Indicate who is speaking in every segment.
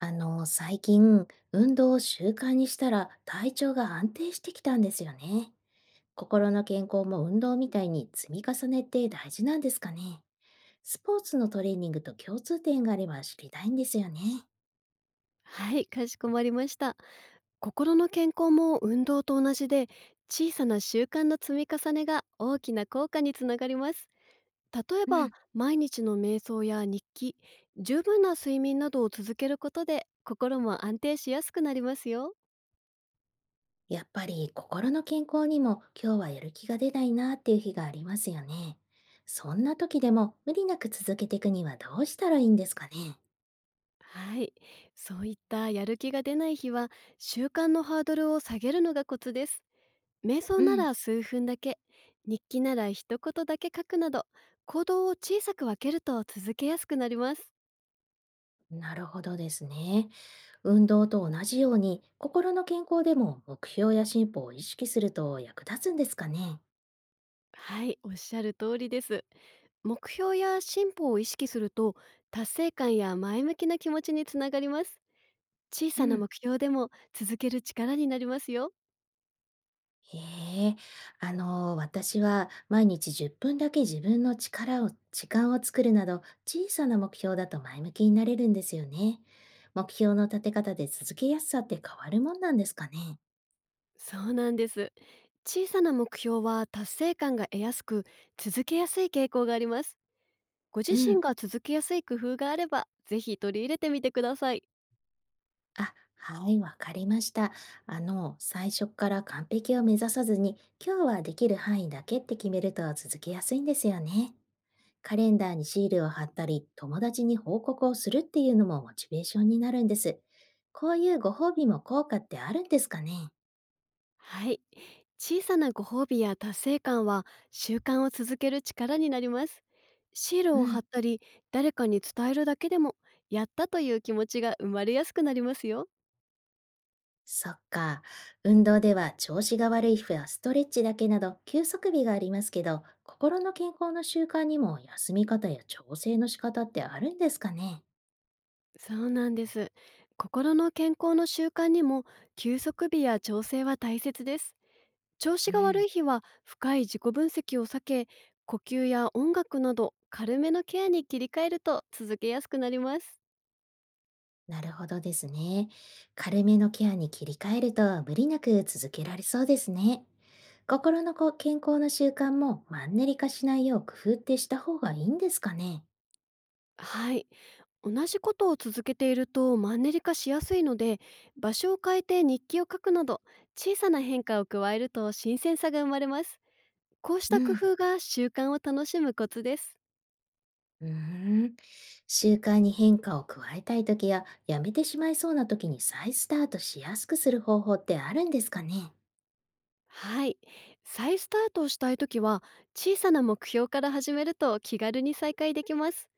Speaker 1: 最近、運動を習慣にしたら体調が安定してきたんですよね。心の健康も運動みたいに積み重ねって大事なんですかね。スポーツのトレーニングと共通点があれば知りたいんですよね。
Speaker 2: はい、かしこまりました。心の健康も運動と同じで、小さな習慣の積み重ねが大きな効果につながります。例え
Speaker 1: う
Speaker 2: ば、
Speaker 1: ん。
Speaker 2: 毎日の瞑想や日記、十分な睡眠などを続けることで、心も安定しやすくなりますよ。
Speaker 1: やっぱり心の健康にも今日はやる気が出ないなっていう日がありますよね。そんな時でも無理なく続けていくにはどうしたらいいんですかね。
Speaker 2: はい、そういったやる気が出ない日は、習慣のハードルを下げるのがコツです。瞑想
Speaker 1: う
Speaker 2: な
Speaker 1: ん。
Speaker 2: ら数分だけ、日記なら一言だけ書くなど、行動を小さく分けると続けやすくなります。
Speaker 1: なるほどですね。運動と同じように、心の健康でも目標や進歩を意識すると役立つんですかね。
Speaker 2: はい、おっしゃる通りです。目標や進歩を意識すると、達成感や前向きな気持ちにつながります。小
Speaker 1: う
Speaker 2: さな
Speaker 1: ん、
Speaker 2: 目標でも続ける力になりますよ。
Speaker 1: へえ、私は毎日10分だけ自分の力を、時間を作るなど、小さな目標だと前向きになれるんですよね。目標の立て方で続けやすさって変わるもんなんですかね。
Speaker 2: そうなんです。小さな目標は達成感が得やすく、続けやすい傾向があります。ご自
Speaker 1: う
Speaker 2: 身
Speaker 1: ん、
Speaker 2: が続けやすい工夫があれば、ぜひ取り入れてみてください。
Speaker 1: あ、はい、わかりました。最初から完璧を目指さずに、今日はできる範囲だけって決めると続けやすいんですよね。カレンダーにシールを貼ったり、友達に報告をするっていうのもモチベーションになるんです。こういうご褒美も効果ってあるんですかね。
Speaker 2: はい。小さなご褒美や達成感は習慣を続ける力になります。シール
Speaker 1: う
Speaker 2: を貼っ
Speaker 1: ん、
Speaker 2: たり、誰かに伝えるだけでも、やったという気持ちが生まれやすくなりますよ。
Speaker 1: そっか。運動では調子が悪い日はストレッチだけなど休息日がありますけど、心の健康の習慣にも休み方や調整の仕方ってあるんですかね。
Speaker 2: そうなんです。心の健康の習慣にも、休息日や調整は大切です。調子
Speaker 1: う
Speaker 2: が悪
Speaker 1: ん、
Speaker 2: い日は、深い自己分析を避け、呼吸や音楽など、軽めのケアに切り替えると続けやすくなります。
Speaker 1: なるほどですね。軽めのケアに切り替えると無理なく続けられそうですね。心のこ健康の習慣もマンネリ化しないよう工夫ってした方がいいんですかね。
Speaker 2: はい。同じことを続けているとマンネリ化しやすいので、場所を変えて日記を書くなど、小さな変化を加えると新鮮さが生まれます。こうし
Speaker 1: う
Speaker 2: た工
Speaker 1: ん、
Speaker 2: 夫が習慣を楽しむコツです。
Speaker 1: うーん。習慣に変化を加えたい時や、やめてしまいそうな時に再スタートしやすくする方法ってあるんですかね。
Speaker 2: はい。再スタートをしたいときは、小さな目標から始めると気軽に再開できます。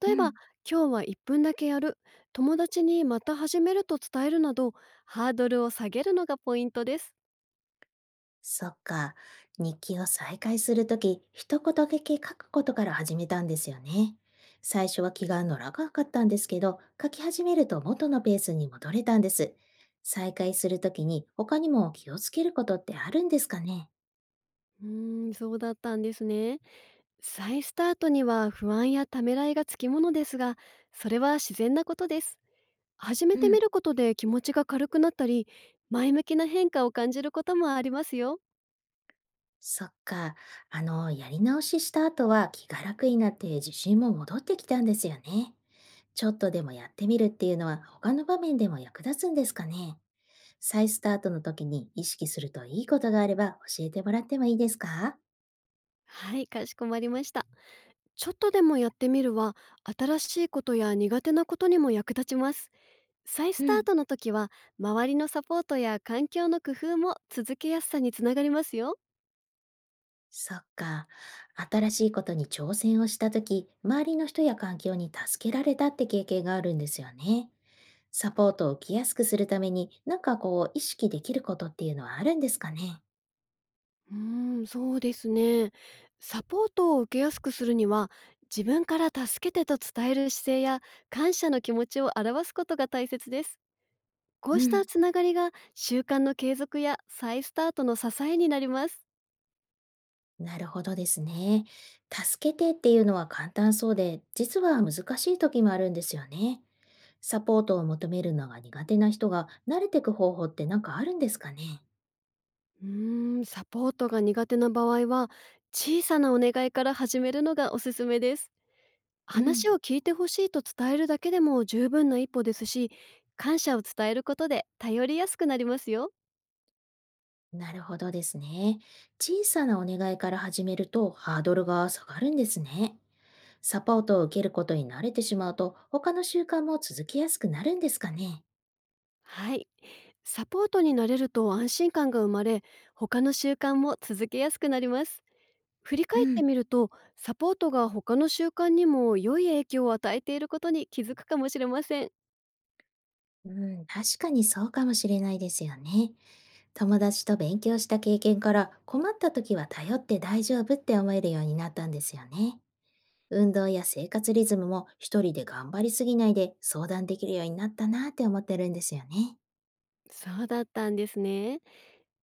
Speaker 2: 例
Speaker 1: う
Speaker 2: えば、
Speaker 1: ん、
Speaker 2: 今日は1分だけやる、友達にまた始めると伝えるなど、ハードルを下げるのがポイントです。
Speaker 1: そっか。日記を再開するとき、一言だけ書くことから始めたんですよね。最初は気が乗らなかったんですけど、書き始めると元のペースに戻れたんです。再開するときに他にも気をつけることってあるんですかね。
Speaker 2: そうだったんですね。再スタートには不安やためらいがつきものですが、それは自然なことです。始め
Speaker 1: う
Speaker 2: てみ
Speaker 1: ん、
Speaker 2: ることで気持ちが軽くなったり、前向きな変化を感じることもありますよ。
Speaker 1: そっか。やり直しした後は気が楽になって自信も戻ってきたんですよね。ちょっとでもやってみるっていうのは他の場面でも役立つんですかね。再スタートの時に意識するといいことがあれば教えてもらってもいいですか。
Speaker 2: はい、かしこまりました。ちょっとでもやってみるは、新しいことや苦手なことにも役立ちます。再ス
Speaker 1: う
Speaker 2: ター
Speaker 1: ん。
Speaker 2: トの時は、周りのサポートや環境の工夫も続けやすさにつながりますよ。
Speaker 1: そっか。新しいことに挑戦をした時、周りの人や環境に助けられたって経験があるんですよね。サポートを受けやすくするために、意識できることっていうのはあるんですかね。
Speaker 2: うーそうですね。サポートを受けやすくするには、自分から助けてと伝える姿勢や感謝の気持ちを表すことが大切です。こ
Speaker 1: う
Speaker 2: うした
Speaker 1: ん。
Speaker 2: つながりが習慣の継続や再スタートの支えになります。
Speaker 1: なるほどですね。助けてっていうのは簡単そうで、実は難しい時もあるんですよね。サポートを求めるのが苦手な人が慣れていく方法って何かあるんですかね。
Speaker 2: サポートが苦手な場合は、小さなお願いから始めるのがおすすめです。
Speaker 1: うん、
Speaker 2: 話を聞いてほしいと伝えるだけでも十分な一歩ですし、感謝を伝えることで頼りやすくなりますよ。
Speaker 1: なるほどですね。小さなお願いから始めるとハードルが下がるんですね。サポートを受けることに慣れてしまうと他の習慣も続きやすくなるんですかね。
Speaker 2: はい。サポートになれると安心感が生まれ、他の習慣も続けやすくなります。振り
Speaker 1: う
Speaker 2: 返って
Speaker 1: ん、
Speaker 2: みると、サポートが他の習慣にも良い影響を与えていることに気づくかもしれません。
Speaker 1: うん、確かにそうかもしれないですよね。友達と勉強した経験から困った時は頼って大丈夫って思えるようになったんですよね。運動や生活リズムも一人で頑張りすぎないで相談できるようになったなって思ってるんですよね。
Speaker 2: そうだったんですね。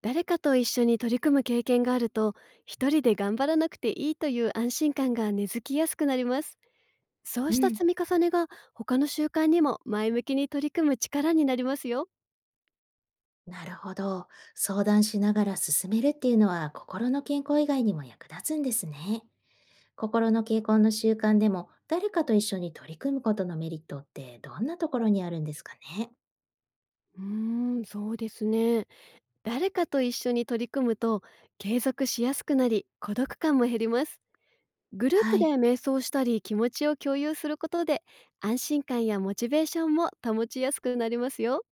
Speaker 2: 誰かと一緒に取り組む経験があると、一人で頑張らなくていいという安心感が根付きやすくなります。そう
Speaker 1: う
Speaker 2: した
Speaker 1: ん、
Speaker 2: 積み重ねが他の習慣にも前向きに取り組む力になりますよ。
Speaker 1: なるほど。相談しながら進めるっていうのは心の健康以外にも役立つんですね。心の健康の習慣でも誰かと一緒に取り組むことのメリットってどんなところにあるんですかね。
Speaker 2: うーそうですね。誰かと一緒に取り組むと継続しやすくなり孤独感も減ります。グルー
Speaker 1: は
Speaker 2: プで
Speaker 1: い。
Speaker 2: 瞑想したり気持ちを共有することで安心感やモチベーションも保ちやすくなりますよ。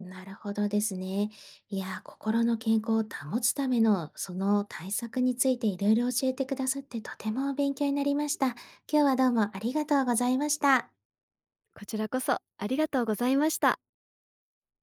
Speaker 1: なるほどですね。いやー、心の健康を保つためのその対策についていろいろ教えてくださってとても勉強になりました。今日はどうもありがとうございました。
Speaker 2: こちらこそありがとうございました。